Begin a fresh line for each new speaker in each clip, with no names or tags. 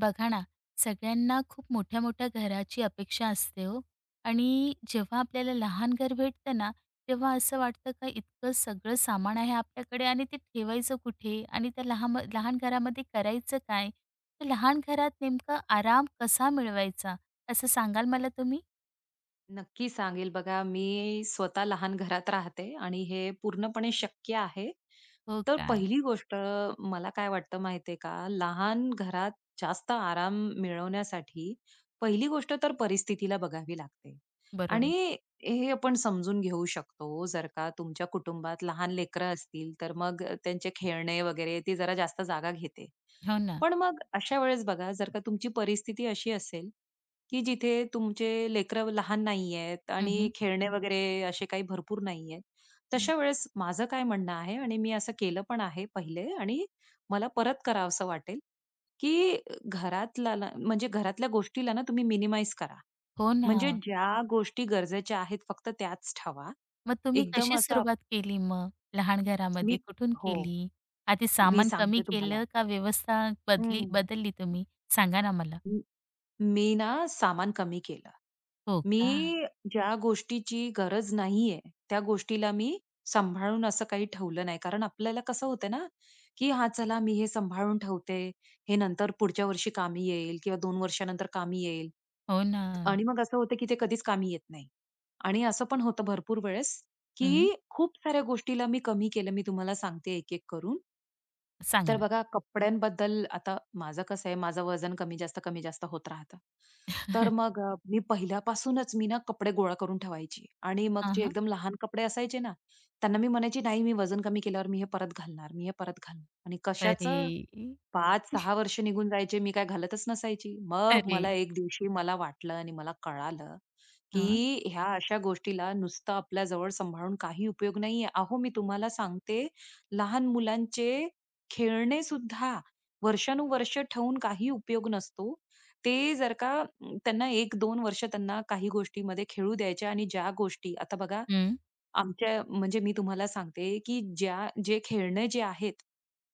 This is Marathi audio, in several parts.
बघा ना, सगळ्यांना खूप मोठ्या-मोठ्या घराची अपेक्षा असते हो. आणि जेव्हा आपल्याला लहान घर भेटतं ना, तेव्हा असं वाटतं का इतकं सगळं सामान आहे आपल्याकडे आणि ते ठेवायचं कुठे? आणि त्या लहान लहान घरामध्ये करायचं काय? तर लहान घरात नेमका आराम कसा मिळवायचा, असं सांगाल मला तुम्ही?
नक्की सांगेल बघा. मी स्वतः लहान घरात राहते आणि हे पूर्णपणे शक्य आहे.
हो
तर
का?
पहिली गोष्ट मला काय वाटतं माहितीये का, लहान घरात जास्त आराम मिळवण्यासाठी पहिली गोष्ट तर परिस्थितीला बघावी लागते आणि
बरोबर.
हे आपण समजून घेऊ शकतो. जर का तुमच्या कुटुंबात लहान लेकरं असतील, तर मग त्यांचे खेळणे वगैरे ती जरा जास्त जागा घेते.
हो ना.
पण मग अशा वेळेस बघा, जर का तुमची परिस्थिती अशी असेल की जिथे तुमचे लेकरं लहान नाहीयेत आणि
हं,
खेळणे वगैरे असे काही भरपूर नाहीयेत. तशा वेळेस माझं काय म्हणणं आहे आणि मी असं केलं पण आहे पहिले आणि मला परत करावसं वाटेल, की घरातला ना म्हणजे घरातल्या गोष्टीला ना तुम्ही मिनिमाइज करा.
हो ना.
म्हणजे ज्या गोष्टी गरजेच्या आहेत फक्त त्याच ठेवा.
मग तुम्ही
एकदम
कशी
असं आप-
सुरुवात केली मग? लहान घरामध्ये
मी
कुठून
हो,
केली? आधी
मी
सामान कमी
सांगते तुम्हाला.
केलं का व्यवस्था बदली
हं.
बदलली तुम्ही? सांगा ना मला.
मी मी ना सामान कमी केलं.
हो
मी
का?
ज्या गोष्टीची गरज नाहीये, त्या गोष्टीला मी सांभाळून असं काही ठेवलं नाही. कारण आपल्याला कसं होतं ना, की "हां, चला मी हे सांभाळून ठेवते. हे नंतर पुढच्या वर्षी कामी येईल किंवा 2 वर्षानंतर कामी येईल."
हो ना.
आणि मग असं होतं, की ते कधीच कामी येत नाही. आणि असं पण होतं भरपूर वेळेस,
हं.
की खूप साऱ्या गोष्टीला मी कमी केलं. मी तुम्हाला सांगते एक-एक करून.
सांगा
तर
ना.
बघा कपड्यांबद्दल आता माझं कसं आहे, माझं वजन कमी-जास्त, कमी-जास्त होत राहतं. तर मग मी पहिल्यापासूनच मी ना कपडे गोळा करून ठेवायची आणि मग
हां,
जे
हां.
एकदम लहान कपडे असायचे ना, त्यांना मी म्हणायची, "नाही, मी वजन कमी केल्यावर मी हे परत घालणार, मी हे परत घालणार" आणि
अरे!
कशाचं 5 सहा वर्ष निघून जायचे. मी काय घालतच नसायची. मग
अरे!
मला एक दिवशी मला वाटलं आणि मला कळालं,
हां.
की ह्या अशा गोष्टीला नुसतं आपल्या जवळ सांभाळून काही उपयोग नाहीये. अहो, मी तुम्हाला सांगते, लहान मुलांचे खेळणे सुद्धा वर्षानुवर्ष ठेवून काही उपयोग नसतो. ते जर का त्यांना 1-2 वर्ष त्यांना काही गोष्टीमध्ये खेळू द्यायच्या आणि ज्या गोष्टी आता बघा
हं.
आमच्या म्हणजे मी तुम्हाला सांगते, की ज्या जे खेळणे जे आहेत,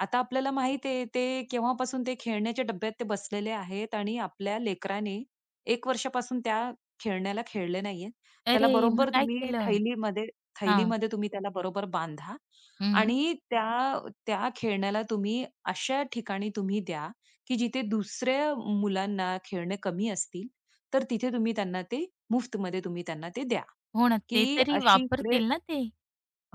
आता आपल्याला माहित आहे ते केव्हापासून ते खेळण्याच्या डब्यात ते बसलेले आहेत आणि आपल्या लेकराने 1 वर्षापासून त्या खेळण्याला खेळले नाहीये. त्याला
अरे! मग
बरोबर
काय
तुम्ही
केलं?
थैलीमध्ये
हां.
थैलीमध्ये तुम्ही त्याला बरोबर बांधा
हं.
आणि त्या त्या खेळण्याला तुम्ही अशा ठिकाणी तुम्ही द्या, की जिथे दुसऱ्या मुलांना खेळणे कमी असतील, तर तिथे तुम्ही त्यांना ते मुफ्तमध्ये तुम्ही त्यांना ते द्या,
हो ना. ते
की
तरी
अशी
वापरतील ना ते.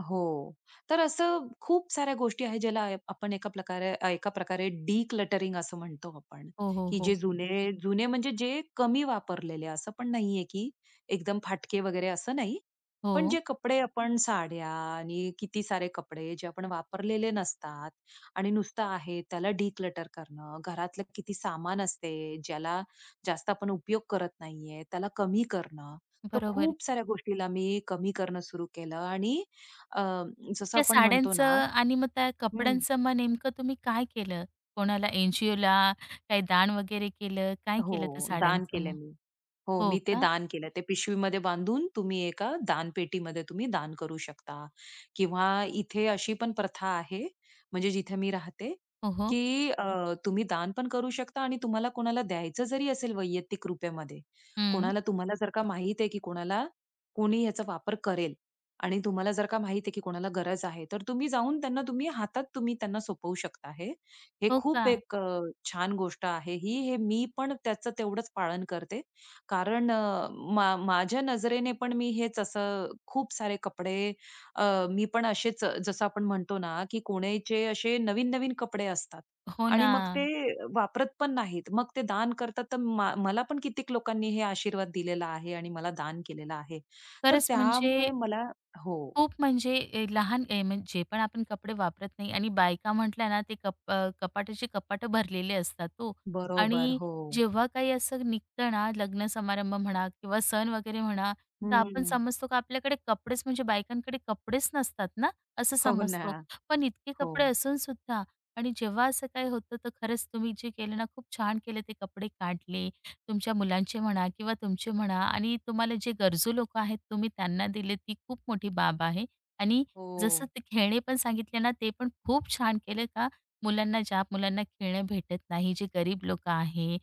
हो. तर असं खूप साऱ्या गोष्टी आहेत ज्याला आपण एका प्रकारे एका प्रकारे डिक्लटरिंग असं म्हणतो आपण,
हो, हो,
की
हो.
जे जुने जुने म्हणजे जे कमी वापरलेले असं पण नाहीये, की एकदम फाटके वगैरे असं नाही. पण
हो.
जे कपडे आपण साड्या आणि किती सारे कपडे जे आपण वापरलेले नसतात आणि नुसतं आहे त्याला डिक्लटर करणं. घरातलं किती सामान असते, ज्याला जास्त आपण उपयोग करत नाहीये, त्याला कमी करणं. तर
बरोबर.
खूप साऱ्या गोष्टीला मी कमी करणं सुरू केलं आणि अ, जसं
त्या
आपण म्हणतो
साड्यांचं
ना.
आणि मग त्या
हं.
कपड्यांचं मग नेमकं तुम्ही काय केलं? कोणाला एन जी काही दान वगैरे केलं? काय केलं त्या
हो, दान
साड्यांचं
केलंय
मग?
मी. हो,
हो
मी ते
का?
दान केलं. ते पिशवीमध्ये बांधून तुम्ही एका दानपेटीमध्ये तुम्ही दान करू शकता. किंवा इथे अशी पण प्रथा आहे, म्हणजे जिथे मी राहते,
हो, हो.
की तुम्ही दान पण करू शकता आणि तुम्हाला कोणाला द्यायचं जरी असेल वैयक्तिक रुपयामध्ये,
हं.
कोणाला तुम्हाला जर का माहीत आहे की कोणाला कोणी ह्याचा वापर करेल आणि तुम्हाला जर का माहीत आहे की कोणाला गरज आहे, तर तुम्ही जाऊन त्यांना तुम्ही हातात तुम्ही त्यांना सोपवू शकता हे. हे
हो का?
खूप एक छान गोष्ट आहे ही. हे मी पण त्याचं तेवढंच पालन करते. कारण माझ्या नजरेने पण मी हेच असं खूप सारे कपडे अ, मी पण असेच जसं आपण म्हणतो ना, की कोणाचे असे नवीन-नवीन कपडे असतात
हो
आणि
ना.
मग ते वापरत पण नाहीत. मग ते दान करतात. तर मला पण कित्येक लोकांनी हे आशीर्वाद दिलेला आहे आणि मला दान केलेलं आहे. तर
खरंच म्हणजे
त्यामुळे मला हो,
खूप म्हणजे ए, लहान ए, म्हणजे जे पण आपण कपडे वापरत नाही आणि बायका म्हटल्या ना ते कपाटाची कपाटं भरलेले असतात हो.
बरोबर.
आणि
हो.
जेव्हा काही असं निघतं ना लग्न समारंभ म्हणा किंवा सण वगैरे म्हणा, तर आपण
हं.
समजतो का आपल्याकडे कपडेच म्हणजे बायकांकडे कपडेच नसतात ना, असं
हो ना.
समजतो. पण इतके
हो.
कपडे असून सुद्धा आणि जेव्हा असं काही होतं तर खरंच तुम्ही जे केलं ना खूप छान केलं ते कपडे काढले तुमच्या मुलांचे म्हणा किंवा तुमचे म्हणा आणि तुम्हाला जे गरजू लोक आहेत तुम्ही त्यांना दिले ती खूप मोठी बाब आहे. आणि जसं
हो.
ते खेळणे पण सांगितले ना, ते पण खूप छान केले का मुलांना ज्या मुलांना खेळणं भेटत नाही, जे गरीब लोकं आहे,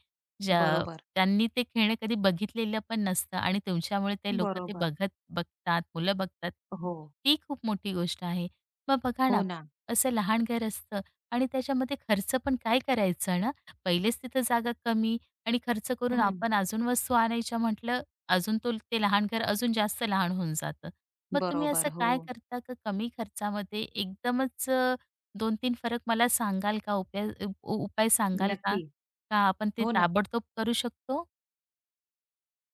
ज्या
बरोबर.
त्यांनी ते खेळणं कधी बघितलेलं पण नसतं आणि तुमच्यामुळे ते लोकं ते
बरोबर.
बघत बघतात, मुलं बघतात.
हो.
ती खूप मोठी गोष्ट आहे. मग बघा ना,
हो ना.
असं लहान घर असतं आणि त्याच्यामध्ये खर्च पण काय करायचा ना, पहिलेच तिथं जागा कमी आणि खर्च करून
हं.
आपण अजून वस्तू आणायच्या म्हटलं, अजून तो ते लहान घर अजून जास्त लहान होऊन जातं. मग तुम्ही असं
बरोबर. हो.
काय करता का कमी खर्चामध्ये एकदमच 2-3 फरक मला सांगाल का? उपाय उपाय सांगाल का?
नक्की.
का आपण ते
हो ना.
ताबडतोब करू शकतो?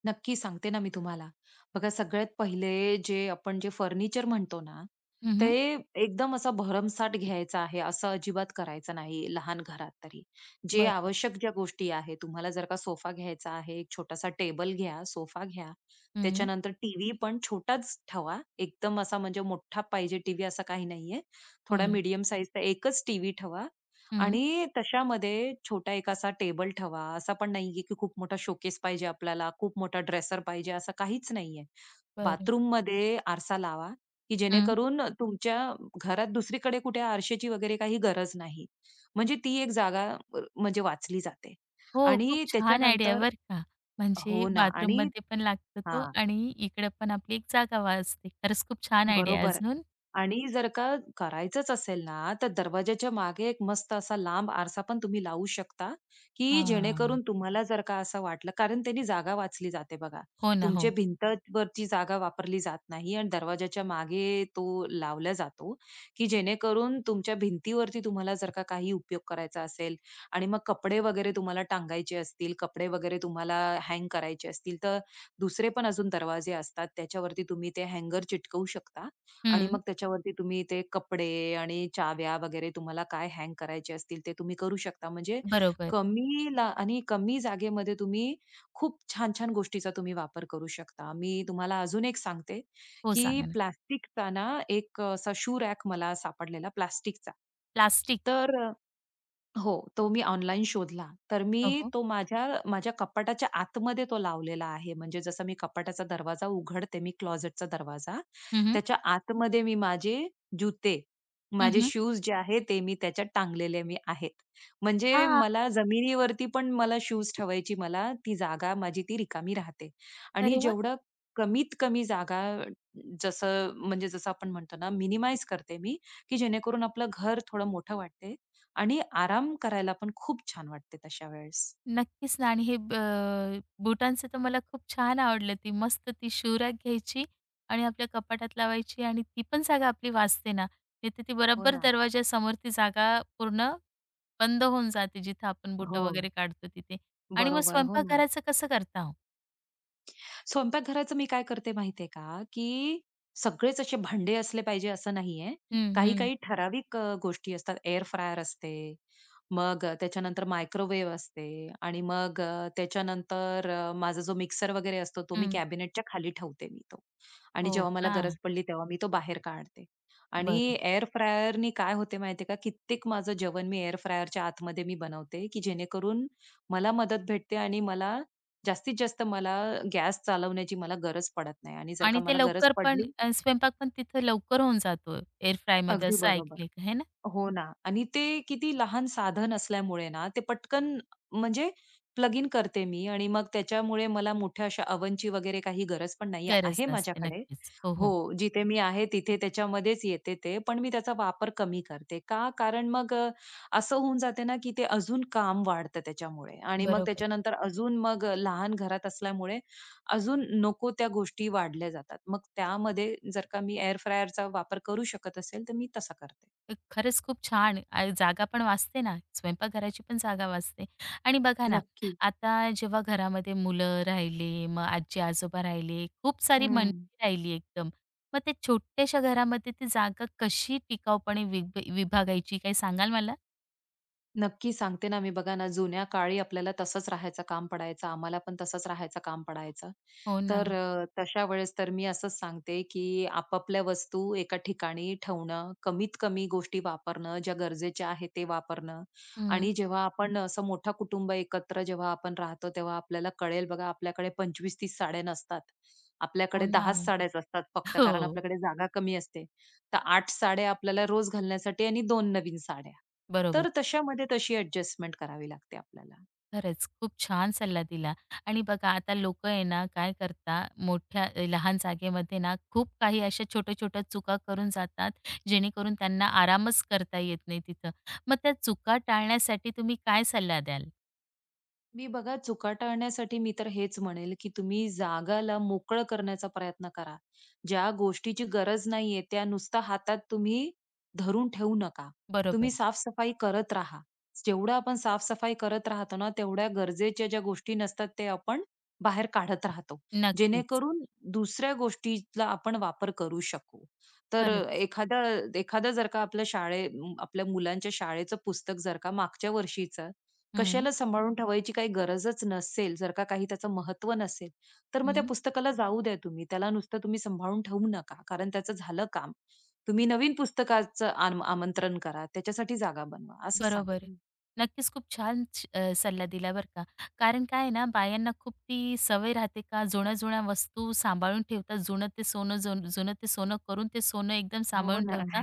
नक्की सांगते ना मी तुम्हाला. बघा सगळ्यात पहिले जे आपण फर्निचर म्हणतो ना,
हं,
ते एकदम असा भरमसाठ घ्यायचा आहे, असं अजिबात करायचं नाही लहान घरात तरी. जे
बरं.
आवश्यक ज्या गोष्टी आहे, तुम्हाला जर का सोफा घ्यायचा आहे, एक छोटासा टेबल घ्या, सोफा घ्या.
हं.
त्याच्यानंतर टीव्ही पण छोटाच ठेवा. एकदम असा म्हणजे मोठा पाहिजे टीव्ही असा काही नाहीये.
हो
थोडा
ना.
मीडियम साइजचा एकच टीव्ही ठेवा
हं.
आणि तशामध्ये छोटा एक असा टेबल ठेवा. असं पण नाहीये, की खूप मोठा शोकेस पाहिजे आपल्याला, खूप मोठा ड्रेसर पाहिजे असं काहीच नाहीये.
बरं.
बाथरूममध्ये आरसा लावा, की
हं.
जेणेकरून तुमच्या घरात दुसरीकडे कुठे आरशाची वगैरे काही गरज नाही. म्हणजे ती एक जागा म्हणजे वाचली जाते.
हो, खूप
आणि
छान आयडिया
त्याच्यानंतर
आहे का. म्हणजे
हो ना आणि
बाथरूममध्ये पण लागतो तो
हां.
आणि इकडे पण आपली एक जागा वाचते. खरंच खूप छान आयडिया
बरोबर.
अजून.
आणि जर का करायचंच असेल ना, तर दरवाजाच्या मागे एक मस्त असा लांब आरसा पण तुम्ही लावू शकता, की
हां.
जेणेकरून तुम्हाला जर का असं वाटलं कारण त्यानी जागा वाचली जाते बघा.
हो ना,
तुमच्या
हो.
भिंतवरची जागा वापरली जात नाही आणि दरवाजाच्या मागे तो लावला जातो, की जेणेकरून तुमच्या भिंतीवरती तुम्हाला जर का काही उपयोग करायचा असेल आणि मग कपडे वगैरे तुम्हाला टांगायचे असतील, कपडे वगैरे तुम्हाला हँग करायचे असतील, तर दुसरे पण अजून दरवाजे असतात त्याच्यावरती तुम्ही ते हँगर चिटकवू शकता आणि
हं,
मग त्याच्यावरती तुम्ही ते कपडे आणि चाव्या वगैरे तुम्हाला काय हँग करायचे असतील ते तुम्ही करू शकता. म्हणजे
बरोबर.
कमी ला आणि कमी जागेमध्ये तुम्ही खूप छान-छान गोष्टीचा तुम्ही वापर करू शकता. मी तुम्हाला अजून एक सांगते,
हो,
की
सांगा ना.
प्लास्टिकचा ना एक असा शू रॅक मला सापडलेला प्लास्टिकचा.
प्लास्टिक.
तर हो, तो मी ऑनलाईन शोधला. तर मी
हो, हो.
तो माझ्या माझ्या कपाटाच्या आतमध्ये तो लावलेला आहे. म्हणजे जसं मी कपाटाचा दरवाजा उघडते, मी क्लोजेटचा दरवाजा,
हं, हं.
त्याच्या आतमध्ये मी माझे जुते,
हं,
माझे
हं.
शूज जे आहेत ते मी त्याच्यात टांगलेले मी आहेत. म्हणजे
हां,
मला जमिनीवरती पण मला शूज ठेवायची मला ती जागा माझी ती रिकामी राहते. आणि
अरे वाह!
जेवढं कमीत कमी जागा जसं आपण म्हणतो ना मिनिमाइज करते मी, की जेणेकरून आपलं घर थोडं मोठं वाटते. आणि आराम करायला पण खूप छान वाटते तशा वेळेस.
नक्कीच ना आणि हे बुटांचं तर मला खूप छान आवडलं ती मस्त ती शू रॅक घ्यायची आणि आपल्या कपाटात लावायची आणि ती पण जागा आपली वाचते ना. नाहीतर ती
हो
बरोबर
ना.
दरवाजासमोर ती जागा पूर्ण बंद होऊन जाते जिथं आपण बुटं
हो.
वगैरे काढतो तिथे. आणि मग
बरोबर. हो ना.
स्वयंपाकघराचं कसं करता हो?
स्वयंपाकघराचं मी काय करते माहितीये का, की सगळेच असे भांडे असले पाहिजे असं नाहीये.
हं,
काही
हं.
काही ठराविक गोष्टी असतात. एअर फ्रायर असते, मग त्याच्यानंतर मायक्रोवेव्ह असते आणि मग त्याच्यानंतर माझा जो मिक्सर वगैरे असतो तो मी
हं.
कॅबिनेटच्या खाली ठेवते मी तो. आणि
हो
जेव्हा मला
का?
गरज पडली तेव्हा मी तो बाहेर काढते. आणि
बरं.
एअर फ्रायरनी काय होते माहितीये का, कित्येक माझं जेवण मी एअर फ्रायरच्या आतमध्ये मी बनवते, की जेणेकरून मला मदत भेटते आणि मला जास्तीत जास्त मला गॅस चालवण्याची मला गरज पडत नाही आणि जर
आणि
का
ते
मला गरज
लवकर पण
पडली
स्वयंपाक पण तिथे लवकर होऊन जातो एअर फ्रायमध्ये
अगदी
असं
बरोबर.
ऐकले का, हे ना?
हो ना. आणि ते किती लहान साधन असल्यामुळे ना, ते पटकन म्हणजे प्लग इन करते मी आणि मग त्याच्यामुळे मला मोठ्या अशा अवनची वगैरे काही गरज पण नाहीये.
गरज
आहे
नसते.
माझ्याकडे.
नक्कीच. हो,
हो,
हो.
जिथे मी आहे तिथे त्याच्यामध्येच येते ते. पण मी त्याचा वापर कमी करते. का? कारण मग असं होऊन जाते ना, की ते अजून काम वाढतं त्याच्यामुळे आणि मग
बरोबर.
त्याच्यानंतर अजून मग लहान घरात असल्यामुळे अजून नको त्या गोष्टी वाढल्या जातात. मग त्यामध्ये जर का मी एअर फ्रायरचा वापर करू शकत असेल, तर मी तसा करते.
खरंच खूप छान. जागा पण वाचते ना, स्वयंपाकघराची पण जागा वाचते. आणि बघा ना,
नक्की.
आता जेव्हा घरामध्ये मुलं राहिले, मग आजी-आजोबा राहिले, खूप सारी
हं.
मंडळी राहिली एकदम. मग ते छोट्याशा घरामध्ये ती जागा कशी टिकाऊपणे विभागायची, काही सांगाल मला?
नक्की सांगते ना मी. बघा ना, जुन्या काळी आपल्याला तसंच राहायचं काम पडायचं. आम्हाला पण तसंच राहायचं काम पडायचं.
हो ना.
तर तशा वेळेस तर मी असंच सांगते, की आपापल्या वस्तू एका ठिकाणी ठेवणं, कमीत कमी गोष्टी वापरणं, ज्या गरजेच्या आहेत ते वापरणं
हं.
आणि जेव्हा आपण असं मोठा कुटुंब एकत्र जेव्हा आपण राहतो, तेव्हा आपल्याला कळेल बघा, आपल्याकडे 25-30 साड्या नसतात.
हो
आपल्याकडे
ना.
10च साड्याच असतात फक्त, कारण
हो.
आपल्याकडे जागा कमी असते. तर 8 साड्या आपल्याला रोज घालण्यासाठी आणि 2 नवीन साड्या.
बरोबर.
तर तशामध्ये तशी ॲडजस्टमेंट करावी लागते आपल्याला.
खरंच खूप छान सल्ला दिला. आणि बघा आता लोक आहे ना काय करता मोठ्या लहान जागेमध्ये ना खूप काही अशा छोट्या छोट्या चुका करून जातात जेणेकरून त्यांना आरामच करता येत नाही तिथं. मग त्या चुका टाळण्यासाठी तुम्ही काय सल्ला द्याल?
मी बघा चुका टाळण्यासाठी मी तर हेच म्हणेल, की तुम्ही जागाला मोकळं करण्याचा प्रयत्न करा. ज्या गोष्टीची गरज नाहीये, त्या नुसता हातात तुम्ही धरून ठेवू नका.
बरोबर.
तुम्ही साफसफाई करत राहा. जेवढं आपण साफसफाई करत राहतो ना, तेवढ्या गरजेच्या ज्या गोष्टी नसतात, ते आपण बाहेर काढत राहतो.
नक्कीच.
जेणेकरून दुसऱ्या गोष्टीला आपण वापर करू शकू. तर
खरंच.
एखादा एखादा जर का आपल्या मुलांच्या शाळेचं पुस्तक जर का मागच्या वर्षीचं
हं,
कशाला सांभाळून ठेवायची काही गरजच नसेल, जर का काही त्याचं महत्त्व नसेल, तर मग त्या
हं.
पुस्तकाला जाऊ द्या तुम्ही. त्याला नुसतं तुम्ही सांभाळून ठेवू नका. कारण त्याचं झालं काम. तुम्ही नवीन पुस्तकाचं आमंत्रण करा. त्याच्यासाठी जागा बनवा. असं सांगेल
बरोबर.
मी.
नक्कीच खूप छान सल्ला दिला बरं का. कारण काय आहे ना, बायांना खूप ती सवय राहते का जुन्या-जुन्या वस्तू सांभाळून ठेवतात. जुनं ते सोनं जुनं ते सोनं करून ते सोनं एकदम
हो
सांभाळून
ना.
ठेवतात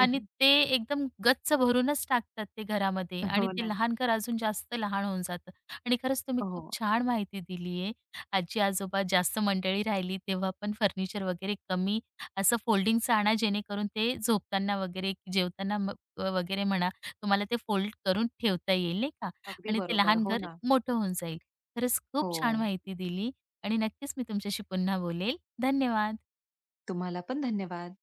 आणि ते एकदम गच्च भरूनच टाकतात ते घरामध्ये आणि
हो
ते
ना.
लहान घर अजून जास्त लहान होऊन जातं. आणि खरंच तुम्ही खूप
हो.
छान माहिती दिली आहे. आजी-आजोबा जास्त मंडळी राहिली तेव्हा पण फर्निचर वगैरे कमी असं फोल्डिंगचं आणा जेणेकरून ते झोपताना वगैरे, जेवताना वगैरे म्हणा. तुम्हाला ते फोल्ड करून ठेवता येईल नाही का.
अगदी
आणि ते
बरोबर.
लहान
हो
घर
ना.
मोठं होऊन जाईल. खरंच खूप
हो.
छान माहिती दिली. आणि नक्कीच मी तुमच्याशी पुन्हा बोलेल. धन्यवाद.
तुम्हाला पण धन्यवाद.